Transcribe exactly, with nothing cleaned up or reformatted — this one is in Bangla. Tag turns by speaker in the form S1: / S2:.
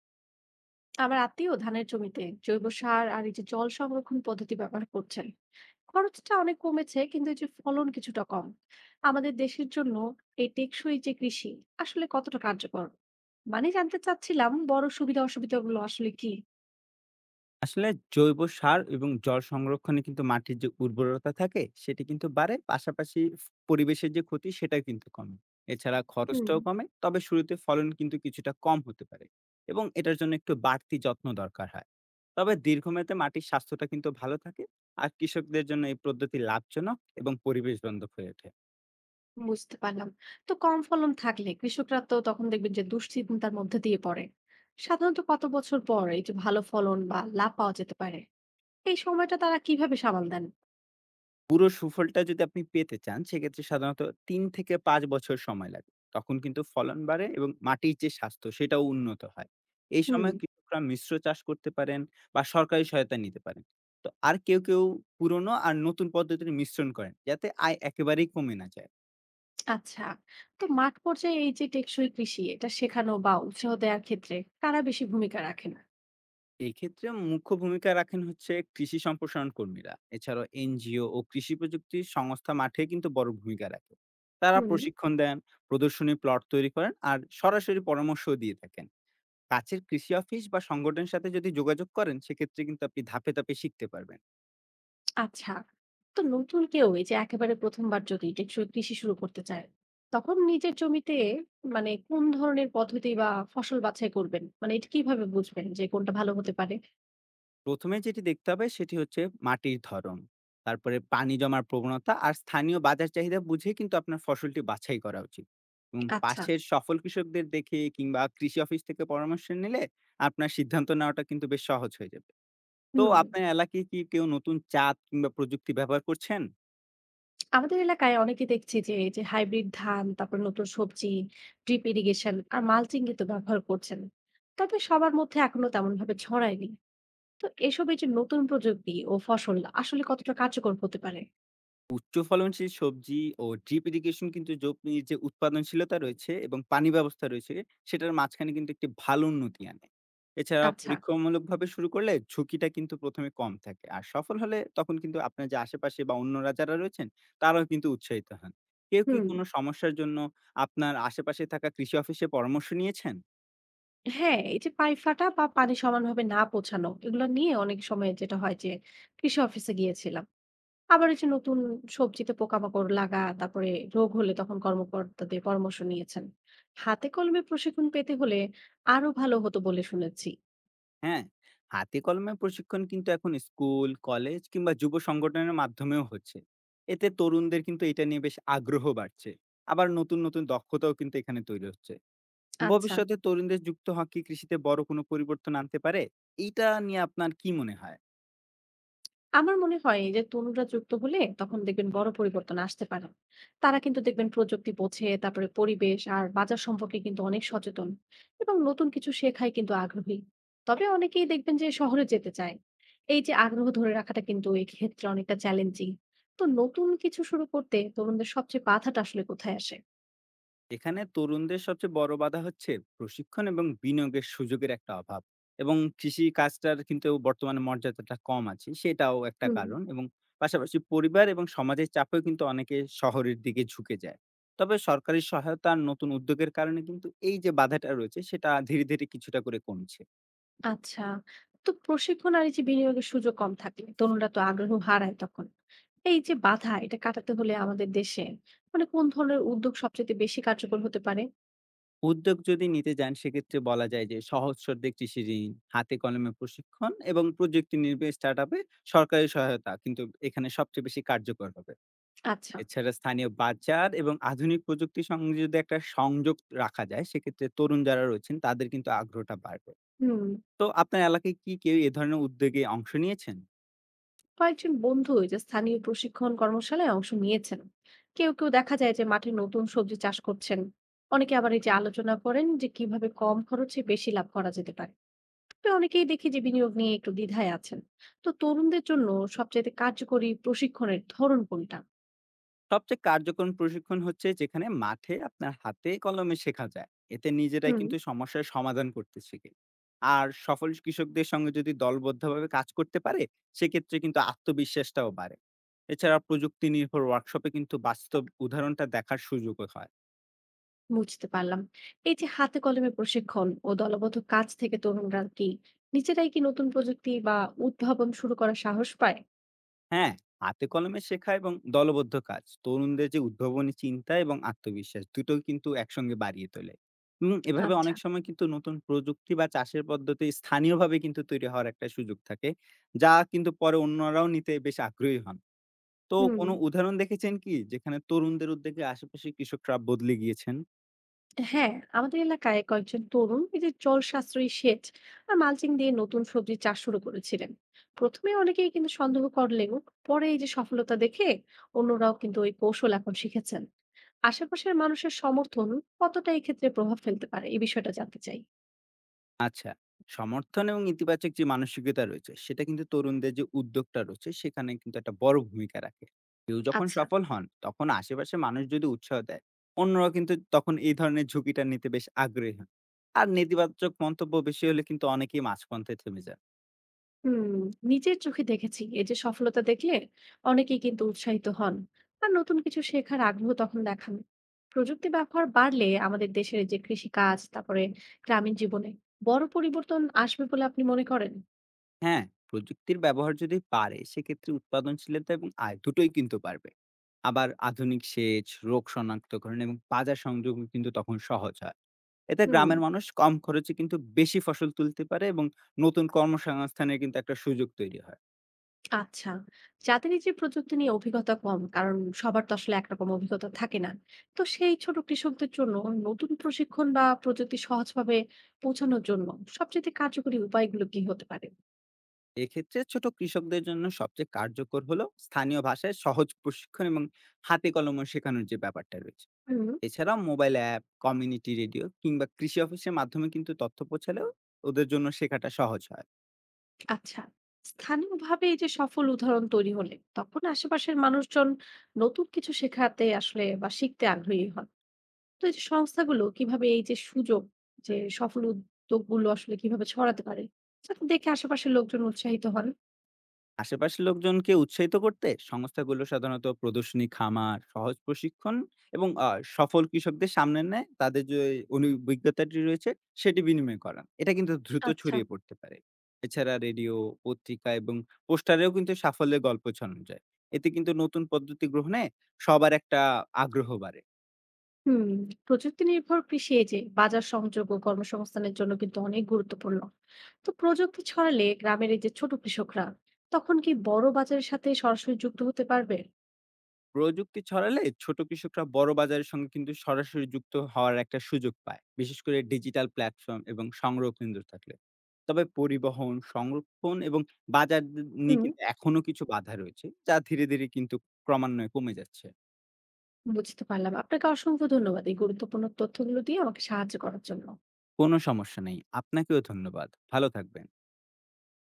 S1: আমার আত্মীয় ধানের জমিতে জৈব সার আর এই যে জল সংরক্ষণ পদ্ধতি ব্যবহার করছেন। খরচটা অনেক কমেছে, কিন্তু এই যে ফলন কিছুটা কম। আমাদের দেশের জন্য এই টেকসই যে কৃষি আসলে কতটা কার্যকর, মানে জানতে চাচ্ছিলাম, বড় সুবিধা অসুবিধাগুলো আসলে কি?
S2: আসলে জৈব সার এবং জল সংরক্ষণে কিন্তু মাটির যে উর্বরতা থাকে সেটি কিন্তু বাড়ে, পাশাপাশি ফ- পরিবেশের যে ক্ষতি সেটা কিন্তু কমে। এছাড়া
S1: হুম।
S2: খরচটাও কমে, তবে শুরুতে ফলন কিন্তু কিছুটা কম হতে পারে এবং এটার জন্য একটু বাড়তি যত্ন দরকার হয়। তবে দীর্ঘমেয়াদে মাটির স্বাস্থ্যটা কিন্তু ভালো থাকে। আর কৃষকদের জন্য এই পদ্ধতি লাভজনক এবং পরিবেশ বান্ধব হয়ে ওঠে।
S1: বুঝতে পারলাম। তো কম ফলন থাকলে কৃষকরা তো তখন দেখবেন যে দুশ্চিন্তার মধ্যে দিয়ে পড়ে। সাধারণত কত বছর পর এই যে ভালো ফলন বা লাভ পাওয়া যেতে পারে? এই সময়টা তারা কিভাবে সামাল দেন?
S2: পুরো সুফলটা যদি আপনি পেতে চান, সেক্ষেত্রে সাধারণত তিন থেকে পাঁচ বছর সময় লাগে। তখন কিন্তু ফলন বাড়ে এবং মাটির যে স্বাস্থ্য সেটাও উন্নত হয়। এই
S1: হুম।
S2: সময় কৃষকরা মিশ্র চাষ করতে পারেন বা সরকারি সহায়তা নিতে পারেন। তো আর কেউ, কেউ পুরনো আর নতুন পদ্ধতির মিশ্রণ করেন, যাতে আয় একেবারেই কমে না যায়।
S1: আচ্ছা। তো মাঠ পর্যায়ে এই যে টেকসই কৃষি এটা শেখানো বা উৎসাহ দেওয়ার ক্ষেত্রে কারা বেশি ভূমিকা রাখেন?
S2: এক্ষেত্রে মুখ্য ভূমিকা রাখেন হচ্ছে কৃষি সম্প্রসারণ কর্মীরা। এছাড়াও এনজিও ও কৃষি প্রযুক্তি সংস্থা মাঠে কিন্তু বড় ভূমিকা রাখে। তারা
S1: হুম।
S2: প্রশিক্ষণ দেন, প্রদর্শনী প্লট তৈরি করেন আর সরাসরি পরামর্শও দিয়ে থাকেন। কাছের কৃষি অফিস বা সংগঠনের সাথে যদি যোগাযোগ করেন, সেক্ষেত্রে কিন্তু আপনি ধাপে, ধাপে শিখতে পারবেন।
S1: আচ্ছা। তো নতুন কেউ এই যে একেবারে প্রথমবার যদি টেকসই কৃষি শুরু করতে চায়, তখন নিজের জমিতে মানে কোন ধরনের পদ্ধতি বা ফসল বাছাই করবেন, মানে এটা কিভাবে বুঝবেন যে কোনটা ভালো হতে পারে?
S2: প্রথমে যেটি দেখতে হবে সেটি হচ্ছে মাটির ধরন, তারপরে পানি জমার প্রবণতা আর স্থানীয় বাজার চাহিদা বুঝে কিন্তু আপনার ফসলটি বাছাই করা উচিত। এবং
S1: আচ্ছা।
S2: পাশের সফল কৃষকদের দেখে কিংবা কৃষি অফিস থেকে পরামর্শ নিলে আপনার সিদ্ধান্ত নেওয়াটা কিন্তু বেশ সহজ হয়ে যাবে। তো
S1: হুম।
S2: আপনার এলাকায় কি কেউ নতুন জাত কিংবা প্রযুক্তি ব্যবহার করছেন?
S1: আমাদের এলাকায় অনেকে দেখছি যে এই যে হাইব্রিড ধান, তারপর নতুন সবজি, ড্রিপ ইরিগেশন আর মালচিং কিন্তু ব্যবহার করছেন। তবে সবার মধ্যে এখনো তেমন ভাবে ছড়ায়নি। তো এসব এই যে নতুন প্রযুক্তি ও ফসল আসলে কতটা কার্যকর হতে পারে?
S2: উচ্চ ফলনশীল সবজি ও ড্রিপ ইরিগেশন কিন্তু জমির যে উৎপাদনশীলতা রয়েছে এবং পানি ব্যবস্থা রয়েছে সেটার মাঝখানে কিন্তু একটি ভালো উন্নতি আনে। এছাড়া
S1: আচ্ছা।
S2: পরীক্ষামূলকভাবে শুরু করলে ঝুঁকিটা কিন্তু প্রথমে কম থাকে, আর সফল হলে তখন কিন্তু আপনার যে আশেপাশে বা অন্যরা যারা রয়েছেন তারাও কিন্তু উৎসাহিত হন। কেউ কি
S1: হুম।
S2: কোনো সমস্যার জন্য আপনার আশেপাশে থাকা কৃষি অফিসে পরামর্শ নিয়েছেন?
S1: হ্যাঁ, এই যে পাইপ ফাটা বা পানি সমানভাবে না পৌঁছানো, এগুলো নিয়ে অনেক সময় যেটা হয় যে কৃষি অফিসে গিয়েছিলাম। আবার এই যে নতুন সবজিতে পোকামাকড় লাগা, তারপরে রোগ হলে তখন কর্মকর্তাদের পরামর্শ নিয়েছেন। হাতে কলমে প্রশিক্ষণ পেতে হলে আরো ভালো হতো বলে শুনেছি।
S2: হ্যাঁ, হাতে কলমে প্রশিক্ষণ কিন্তু এখন স্কুল কলেজ কিংবা যুব সংগঠনের মাধ্যমেও হচ্ছে। এতে তরুণদের কিন্তু এটা নিয়ে বেশ আগ্রহ বাড়ছে। আবার নতুন নতুন দক্ষতাও কিন্তু এখানে তৈরি হচ্ছে।
S1: আচ্ছা।
S2: ভবিষ্যতে তরুণদের যুক্ত হওয়া কি কৃষিতে বড় কোনো পরিবর্তন আনতে পারে? এইটা নিয়ে আপনার কি মনে হয়?
S1: আমার মনে হয় এই যে তরুণরা যুক্ত হলে তখন দেখবেন বড় পরিবর্তন আসতে পারে। তারা কিন্তু দেখবেন প্রযুক্তি বোঝে, তারপরে পরিবেশ আর বাজার সম্পর্কে কিন্তু অনেক সচেতন, এবং নতুন কিছু শেখায় কিন্তু আগ্রহী। তবে অনেকেই দেখবেন যে শহরে যেতে চায়। এই যে আগ্রহ ধরে রাখাটা কিন্তু এই ক্ষেত্রে অনেকটা চ্যালেঞ্জিং। তো নতুন কিছু শুরু করতে তরুণদের সবচেয়ে বাধাটা আসলে কোথায় আসে?
S2: এখানে তরুণদের সবচেয়ে বড় বাধা হচ্ছে প্রশিক্ষণ এবং বিনিয়োগের সুযোগের একটা অভাব, এবং কৃষি কাজটার কিন্তু বর্তমানে মর্যাদাটা কম আছে সেটাও একটা
S1: হুম।
S2: কারণ। এবং পাশাপাশি পরিবার এবং সমাজের চাপেও কিন্তু অনেকে শহরের দিকে ঝুঁকে যায়। তবে সরকারি সহায়তা আর নতুন উদ্যোগের কারণে কিন্তু এই যে বাধাটা রয়েছে সেটা ধীরে ধীরে কিছুটা করে কমছে।
S1: আচ্ছা। তো প্রশিক্ষণ আর এই যে বিনিয়োগের সুযোগ কম থাকলে তরুণরা তো আগ্রহ হারায় তখন। এই যে বাধা এটা কাটাতে হলে আমাদের দেশে মানে কোন ধরনের উদ্যোগ সবচেয়ে বেশি কার্যকর হতে পারে?
S2: উদ্যোগ যদি নিতে যান সেক্ষেত্রে বলা যায় যে সহজ শর্তে কৃষি ঋণ, হাতে কলমে প্রশিক্ষণ এবং প্রযুক্তি নির্ভর স্টার্ট আপে সরকারি সহায়তা কিন্তু এখানে সবচেয়ে বেশি কার্যকর হবে।
S1: আচ্ছা।
S2: এছাড়া স্থানীয় বাজার এবং আধুনিক প্রযুক্তির সঙ্গে যদি একটা সংযোগ রাখা যায়, সেক্ষেত্রে তরুণ যারা রয়েছেন তাদের কিন্তু আগ্রহটা বাড়বে।
S1: হুম।
S2: তো আপনার এলাকায় কি কেউ এ ধরনের উদ্যোগে অংশ নিয়েছেন?
S1: কয়েকজন বন্ধু এই যে স্থানীয় প্রশিক্ষণ কর্মশালায় অংশ নিয়েছেন। কেউ কেউ দেখা যায় যে মাঠে নতুন সবজি চাষ করছেন। অনেকে আবার এই যে আলোচনা করেন যে কিভাবে কম খরচে বেশি লাভ করা যেতে পারে। তো অনেকেই দেখি যে বিনিয়োগ নিয়ে একটু দ্বিধায় আছেন। তো তরুণদের জন্য সবচেয়ে কার্যকরী প্রশিক্ষণের ধরন কোনটা?
S2: সবচেয়ে কার্যকর প্রশিক্ষণ হচ্ছে যেখানে মাঠে আপনার হাতে কলমে শেখা যায়। এতে নিজেরাই
S1: হুম।
S2: কিন্তু সমস্যার সমাধান করতে শেখে। আর সফল কৃষকদের সঙ্গে যদি দলবদ্ধভাবে কাজ করতে পারে, সেক্ষেত্রে কিন্তু আত্মবিশ্বাসটাও বাড়ে। এছাড়া প্রযুক্তি নির্ভর ওয়ার্কশপে কিন্তু বাস্তব উদাহরণটা দেখার সুযোগও হয়।
S1: বুঝতে পারলাম। এই যে হাতে কলমে প্রশিক্ষণ ও দলবদ্ধ কাজ থেকে তরুণরা কি নিজেরাই কি নতুন প্রযুক্তি বা উদ্ভাবন শুরু করার সাহস পায়?
S2: হ্যাঁ, হাতে কলমে শেখা এবং দলবদ্ধ কাজ তরুণদের যে উদ্ভাবনী চিন্তা এবং আত্মবিশ্বাস দুটো কিন্তু একসঙ্গে বাড়িয়ে তোলে। এবং এভাবে
S1: আচ্ছা।
S2: অনেক সময় কিন্তু নতুন প্রযুক্তি বা চাষের পদ্ধতি স্থানীয়ভাবে কিন্তু তৈরি হওয়ার একটা সুযোগ থাকে, যা কিন্তু পরে অন্যরাও নিতে বেশ আগ্রহী হন। তো
S1: হুম।
S2: কোনো উদাহরণ দেখেছেন কি যেখানে তরুণদের উদ্যোগে আশেপাশে কৃষকরা বদলে গিয়েছেন?
S1: হ্যাঁ। আমাদের এলাকায় কয়েকজন তরুণ এই যে জল সাশ্রয়ী সেচ আর মালচিং দিয়ে নতুন সবজি চাষ শুরু করেছিলেন। প্রথমে অনেকেই কিন্তু সন্দেহ করলেও পরে এই যে সফলতা দেখে অন্যরাও কিন্তু ওই কৌশল এখন শিখেছেন। আশেপাশের মানুষের সমর্থন কতটা এই ক্ষেত্রে প্রভাব ফেলতে পারে, এই বিষয়টা জানতে চাই।
S2: আচ্ছা, সমর্থন এবং ইতিবাচক যে মানসিকতা রয়েছে, সেটা কিন্তু তরুণদের যে উদ্যোগটা রয়েছে, সেখানে কিন্তু একটা বড় ভূমিকা রাখে। কেউ যখন
S1: আচ্ছা।
S2: সফল হন, তখন আশেপাশের মানুষ যদি উৎসাহ দেয়, অন্যরা কিন্তু তখন এই ধরনের ঝুঁকিটা নিতে বেশ আগ্রহী হন। আর নেতিবাচক মন্তব্য বেশি হলে কিন্তু অনেকেই মাঝপন্থায় থেমে যান।
S1: হুম। নিজের চোখে দেখেছি এই যে সফলতা দেখলে অনেকেই কিন্তু উৎসাহিত হন, আর নতুন কিছু শেখার আগ্রহ তখন দেখান। প্রযুক্তি ব্যবহার বাড়লে আমাদের দেশের এই যে কৃষি কাজ, তারপরে গ্রামীণ জীবনে বড় পরিবর্তন আসবে বলে আপনি মনে করেন?
S2: হ্যাঁ, প্রযুক্তির ব্যবহার যদি বাড়ে, সেক্ষেত্রে উৎপাদনশীলতা এবং আয় দুটোই কিন্তু বাড়বে। আবার আধুনিক সেচ, রোগ শনাক্তকরণ এবং বাজার সংযোগও কিন্তু তখন সহজ হয়। এতে
S1: হুম।
S2: গ্রামের মানুষ কম খরচে কিন্তু বেশি ফসল তুলতে পারে এবং নতুন কর্মসংস্থানের কিন্তু একটা সুযোগ তৈরি হয়।
S1: আচ্ছা। যাদের এই যে প্রযুক্তি নিয়ে অভিজ্ঞতা কম, কারণ সবার তো আসলে একরকম অভিজ্ঞতা থাকে না, তো সেই ছোট কৃষকদের জন্য নতুন প্রশিক্ষণ বা প্রযুক্তি সহজভাবে পৌঁছানোর জন্য সবচেয়ে কার্যকরী উপায়গুলো কি হতে পারে?
S2: এক্ষেত্রে ছোট কৃষকদের জন্য সবচেয়ে কার্যকর হলো স্থানীয় ভাষায় সহজ প্রশিক্ষণ এবং হাতে কলমে শেখানোর যে ব্যাপারটা রয়েছে।
S1: হুম।
S2: এছাড়াও মোবাইল অ্যাপ, কমিউনিটি রেডিও কিংবা কৃষি অফিসের মাধ্যমে কিন্তু তথ্য পৌঁছালেও ওদের জন্য শেখাটা সহজ হয়।
S1: আচ্ছা। স্থানীয়ভাবে এই যে সফল উদাহরণ তৈরি হলে তখন আশেপাশের মানুষজন নতুন কিছু শেখাতে আসলে বা শিখতে আগ্রহী হন। তো এই যে সংস্থাগুলো কিভাবে এই যে সুযোগ, যে সফল উদ্যোগগুলো আসলে কিভাবে ছড়াতে পারে, যাতে দেখে আশেপাশের লোকজন উৎসাহিত হন?
S2: আশেপাশের লোকজনকে উৎসাহিত করতে সংস্থাগুলো সাধারণত প্রদর্শনী খামার, সহজ প্রশিক্ষণ এবং আহ, সফল কৃষকদের সামনে নেয়, তাদের যে অভিজ্ঞতাটি রয়েছে সেটি বিনিময় করান, এটা কিন্তু দ্রুত
S1: আচ্ছা।
S2: ছড়িয়ে পড়তে পারে। এছাড়া রেডিও, পত্রিকা এবং পোস্টারেও কিন্তু সাফল্যের গল্প ছড়ানো যায়। এতে কিন্তু নতুন পদ্ধতি গ্রহণে সবার একটা আগ্রহ বাড়ে।
S1: হুম। প্রযুক্তি নির্ভর কৃষি এই যে বাজার সংযোগ ও কর্মসংস্থানের জন্য কিন্তু অনেক গুরুত্বপূর্ণ। তো প্রযুক্তি ছড়ালে গ্রামের এই যে ছোট কৃষকরা তখন কি বড় বাজারের সাথে সরাসরি যুক্ত হতে পারবে?
S2: প্রযুক্তি ছড়ালে ছোট কৃষকরা বড় বাজারের সঙ্গে কিন্তু সরাসরি যুক্ত হওয়ার একটা সুযোগ পায়, বিশেষ করে ডিজিটাল প্ল্যাটফর্ম এবং সংগ্রহ কেন্দ্র থাকলে। তবে পরিবহন, সংরক্ষণ এবং বাজার নিয়ে
S1: হুম।
S2: কিন্তু এখনো কিছু বাধা রয়েছে, যা ধীরে ধীরে কিন্তু ক্রমান্বয়ে কমে যাচ্ছে।
S1: বুঝতে পারলাম। আপনাকে অসংখ্য ধন্যবাদ এই গুরুত্বপূর্ণ তথ্যগুলো দিয়ে আমাকে সাহায্য করার জন্য।
S2: কোনো সমস্যা নেই, আপনাকেও ধন্যবাদ, ভালো থাকবেন।